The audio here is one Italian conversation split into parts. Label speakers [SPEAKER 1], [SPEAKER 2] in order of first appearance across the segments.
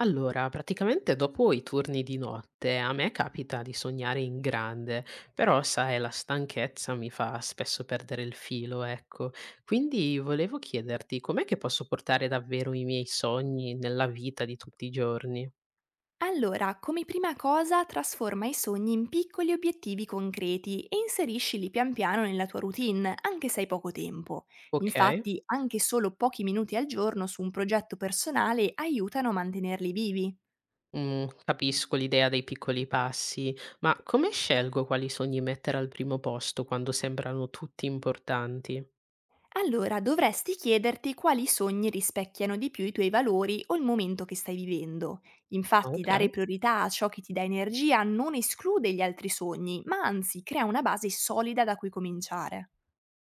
[SPEAKER 1] Allora, praticamente dopo i turni di notte a me capita di sognare in grande, però sai, la stanchezza mi fa spesso perdere il filo, ecco. Quindi volevo chiederti com'è che posso portare davvero i miei sogni nella vita di tutti i giorni?
[SPEAKER 2] Allora, come prima cosa, trasforma i sogni in piccoli obiettivi concreti e inseriscili pian piano nella tua routine, anche se hai poco tempo.
[SPEAKER 1] Ok?
[SPEAKER 2] Infatti, anche solo pochi minuti al giorno su un progetto personale aiutano a mantenerli vivi.
[SPEAKER 1] Mm, capisco l'idea dei piccoli passi, ma come scelgo quali sogni mettere al primo posto quando sembrano tutti importanti?
[SPEAKER 2] Allora, dovresti chiederti quali sogni rispecchiano di più i tuoi valori o il momento che stai vivendo. Infatti,
[SPEAKER 1] Ok.
[SPEAKER 2] dare priorità a ciò che ti dà energia non esclude gli altri sogni, ma anzi crea una base solida da cui cominciare.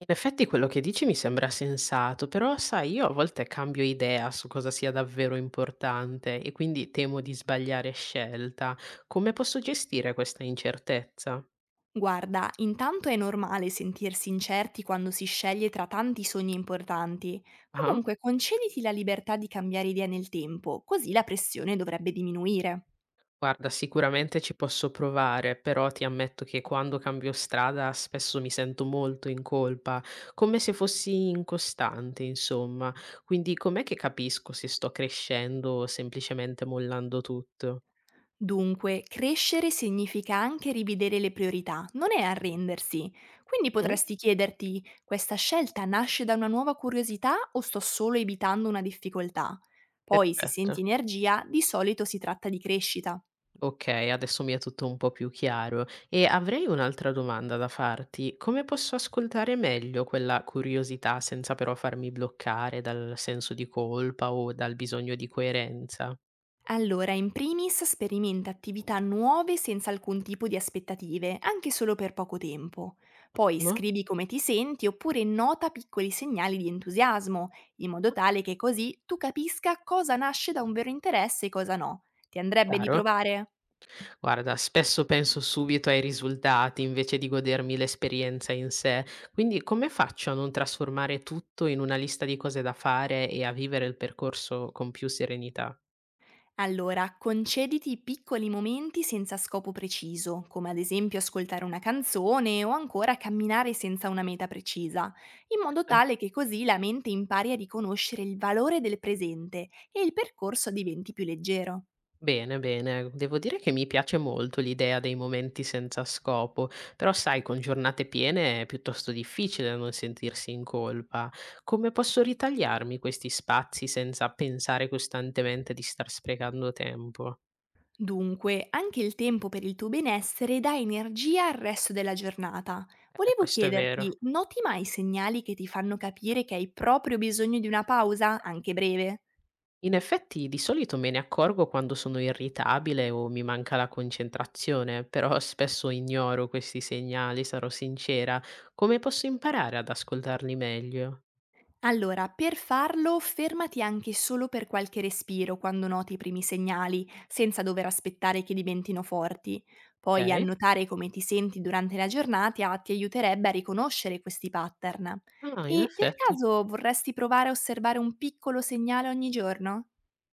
[SPEAKER 1] In effetti quello che dici mi sembra sensato, però sai, io a volte cambio idea su cosa sia davvero importante e quindi temo di sbagliare scelta. Come posso gestire questa incertezza?
[SPEAKER 2] Guarda, intanto è normale sentirsi incerti quando si sceglie tra tanti sogni importanti.
[SPEAKER 1] Ah,
[SPEAKER 2] Comunque, concediti la libertà di cambiare idea nel tempo, così la pressione dovrebbe diminuire.
[SPEAKER 1] guarda, sicuramente ci posso provare, però ti ammetto che quando cambio strada spesso mi sento molto in colpa, come se fossi incostante, insomma. Quindi com'è che capisco se sto crescendo o semplicemente mollando tutto?
[SPEAKER 2] Dunque, crescere significa anche rivedere le priorità, non è arrendersi. Quindi
[SPEAKER 1] Mm.
[SPEAKER 2] potresti chiederti, questa scelta nasce da una nuova curiosità o sto solo evitando una difficoltà? Poi, se
[SPEAKER 1] Perfetto.
[SPEAKER 2] senti energia, di solito si tratta di crescita.
[SPEAKER 1] Okay, adesso mi è tutto un po' più chiaro e avrei un'altra domanda da farti. Come posso ascoltare meglio quella curiosità senza però farmi bloccare dal senso di colpa o dal bisogno di coerenza?
[SPEAKER 2] Allora, in primis sperimenta attività nuove senza alcun tipo di aspettative, anche solo per poco tempo. Poi
[SPEAKER 1] Ottimo,
[SPEAKER 2] scrivi come ti senti oppure nota piccoli segnali di entusiasmo, in modo tale che così tu capisca cosa nasce da un vero interesse e cosa no. Ti andrebbe di
[SPEAKER 1] chiaro?
[SPEAKER 2] provare?
[SPEAKER 1] Guarda, spesso penso subito ai risultati invece di godermi l'esperienza in sé, quindi come faccio a non trasformare tutto in una lista di cose da fare e a vivere il percorso con più serenità?
[SPEAKER 2] Allora, concediti piccoli momenti senza scopo preciso, come ad esempio ascoltare una canzone o ancora camminare senza una meta precisa, in modo tale che così la mente impari a riconoscere il valore del presente e il percorso diventi più leggero.
[SPEAKER 1] Bene, bene. Devo dire che mi piace molto l'idea dei momenti senza scopo, però sai, con giornate piene è piuttosto difficile non sentirsi in colpa. Come posso ritagliarmi questi spazi senza pensare costantemente di star sprecando tempo?
[SPEAKER 2] Dunque, anche il tempo per il tuo benessere dà energia al resto della giornata. Volevo
[SPEAKER 1] Questo è vero.
[SPEAKER 2] chiederti, noti mai segnali che ti fanno capire che hai proprio bisogno di una pausa, anche breve?
[SPEAKER 1] In effetti, di solito me ne accorgo quando sono irritabile o mi manca la concentrazione, però spesso ignoro questi segnali, sarò sincera. Come posso imparare ad ascoltarli meglio?
[SPEAKER 2] Allora, per farlo fermati anche solo per qualche respiro quando noti i primi segnali, senza dover aspettare che diventino forti. Poi
[SPEAKER 1] Ok?
[SPEAKER 2] annotare come ti senti durante la giornata ti aiuterebbe a riconoscere questi pattern.
[SPEAKER 1] Ah, in
[SPEAKER 2] E per
[SPEAKER 1] effetti.
[SPEAKER 2] caso vorresti provare a osservare un piccolo segnale ogni giorno?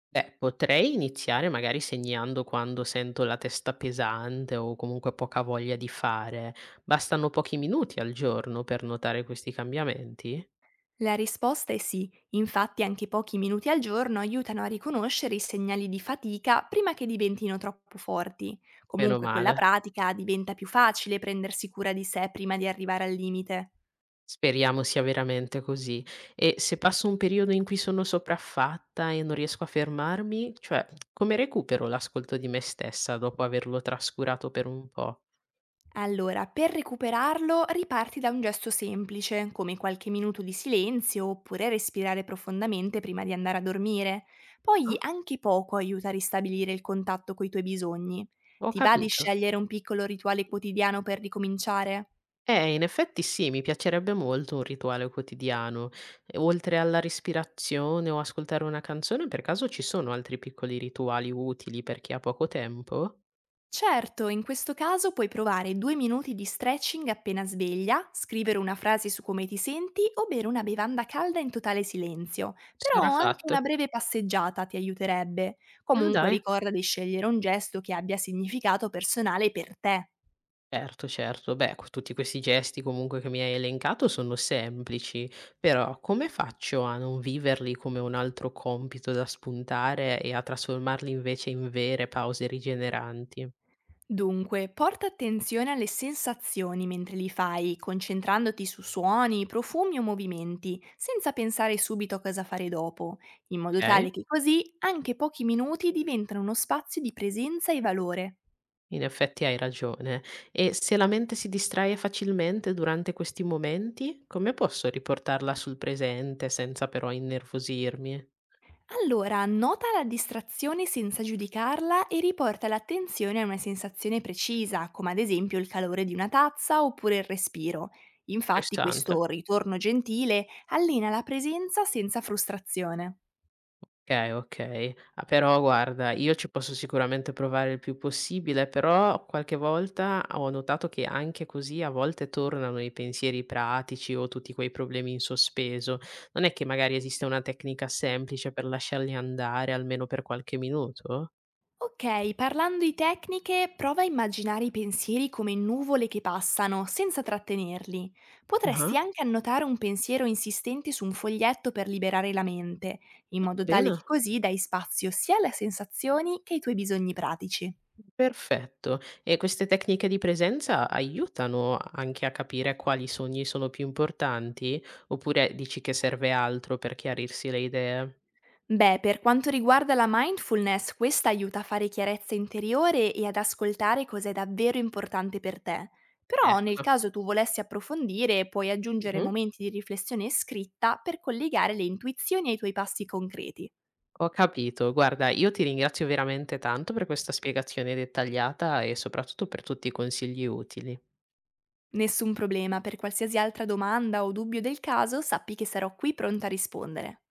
[SPEAKER 1] Beh, potrei iniziare magari segnando quando sento la testa pesante o comunque poca voglia di fare. Bastano pochi minuti al giorno per notare questi cambiamenti?
[SPEAKER 2] La risposta è sì, infatti anche pochi minuti al giorno aiutano a riconoscere i segnali di fatica prima che diventino troppo forti.
[SPEAKER 1] Meno
[SPEAKER 2] Comunque con la
[SPEAKER 1] male.
[SPEAKER 2] pratica diventa più facile prendersi cura di sé prima di arrivare al limite.
[SPEAKER 1] Speriamo sia veramente così. E se passo un periodo in cui sono sopraffatta e non riesco a fermarmi, cioè, come recupero l'ascolto di me stessa dopo averlo trascurato per un po'?
[SPEAKER 2] Allora, per recuperarlo riparti da un gesto semplice, come qualche minuto di silenzio oppure respirare profondamente prima di andare a dormire. Poi
[SPEAKER 1] Ah,
[SPEAKER 2] anche poco aiuta a ristabilire il contatto coi tuoi bisogni.
[SPEAKER 1] ho
[SPEAKER 2] Ti va di
[SPEAKER 1] capito.
[SPEAKER 2] scegliere un piccolo rituale quotidiano per ricominciare?
[SPEAKER 1] In effetti sì, mi piacerebbe molto un rituale quotidiano. E oltre alla respirazione o ascoltare una canzone, per caso ci sono altri piccoli rituali utili per chi ha poco tempo?
[SPEAKER 2] Certo, in questo caso puoi provare 2 minuti di stretching appena sveglia, scrivere una frase su come ti senti o bere una bevanda calda in totale silenzio, però
[SPEAKER 1] Sarà
[SPEAKER 2] anche una
[SPEAKER 1] fatto.
[SPEAKER 2] breve passeggiata ti aiuterebbe.
[SPEAKER 1] Ah,
[SPEAKER 2] Comunque
[SPEAKER 1] dai.
[SPEAKER 2] ricorda di scegliere un gesto che abbia significato personale per te.
[SPEAKER 1] Certo, certo. Beh, tutti questi gesti comunque che mi hai elencato sono semplici, però come faccio a non viverli come un altro compito da spuntare e a trasformarli invece in vere pause rigeneranti?
[SPEAKER 2] Dunque, porta attenzione alle sensazioni mentre li fai, concentrandoti su suoni, profumi o movimenti, senza pensare subito a cosa fare dopo, in modo tale
[SPEAKER 1] Ok?
[SPEAKER 2] che così anche pochi minuti diventano uno spazio di presenza e valore.
[SPEAKER 1] In effetti hai ragione. E se la mente si distrae facilmente durante questi momenti, come posso riportarla sul presente senza però innervosirmi?
[SPEAKER 2] Allora, nota la distrazione senza giudicarla e riporta l'attenzione a una sensazione precisa, come ad esempio il calore di una tazza oppure il respiro. Infatti
[SPEAKER 1] Interessante.
[SPEAKER 2] questo ritorno gentile allena la presenza senza frustrazione.
[SPEAKER 1] Ok, ok. Ah, però guarda, io ci posso sicuramente provare il più possibile, però qualche volta ho notato che anche così a volte tornano i pensieri pratici o tutti quei problemi in sospeso. Non è che magari esiste una tecnica semplice per lasciarli andare almeno per qualche minuto?
[SPEAKER 2] Ok, parlando di tecniche, prova a immaginare i pensieri come nuvole che passano, senza trattenerli. Potresti
[SPEAKER 1] Ah,
[SPEAKER 2] anche annotare un pensiero insistente su un foglietto per liberare la mente, in modo tale che
[SPEAKER 1] bene.
[SPEAKER 2] così dai spazio sia alle sensazioni che ai tuoi bisogni pratici.
[SPEAKER 1] Perfetto. E queste tecniche di presenza aiutano anche a capire quali sogni sono più importanti? Oppure dici che serve altro per chiarirsi le idee?
[SPEAKER 2] Beh, per quanto riguarda la mindfulness, questa aiuta a fare chiarezza interiore e ad ascoltare cosa è davvero importante per te. Però nel
[SPEAKER 1] Ecco.
[SPEAKER 2] caso tu volessi approfondire, puoi aggiungere
[SPEAKER 1] Mhm.
[SPEAKER 2] momenti di riflessione scritta per collegare le intuizioni ai tuoi passi concreti.
[SPEAKER 1] Ho capito. Guarda, io ti ringrazio veramente tanto per questa spiegazione dettagliata e soprattutto per tutti i consigli utili.
[SPEAKER 2] Nessun problema, per qualsiasi altra domanda o dubbio del caso, sappi che sarò qui pronta a rispondere.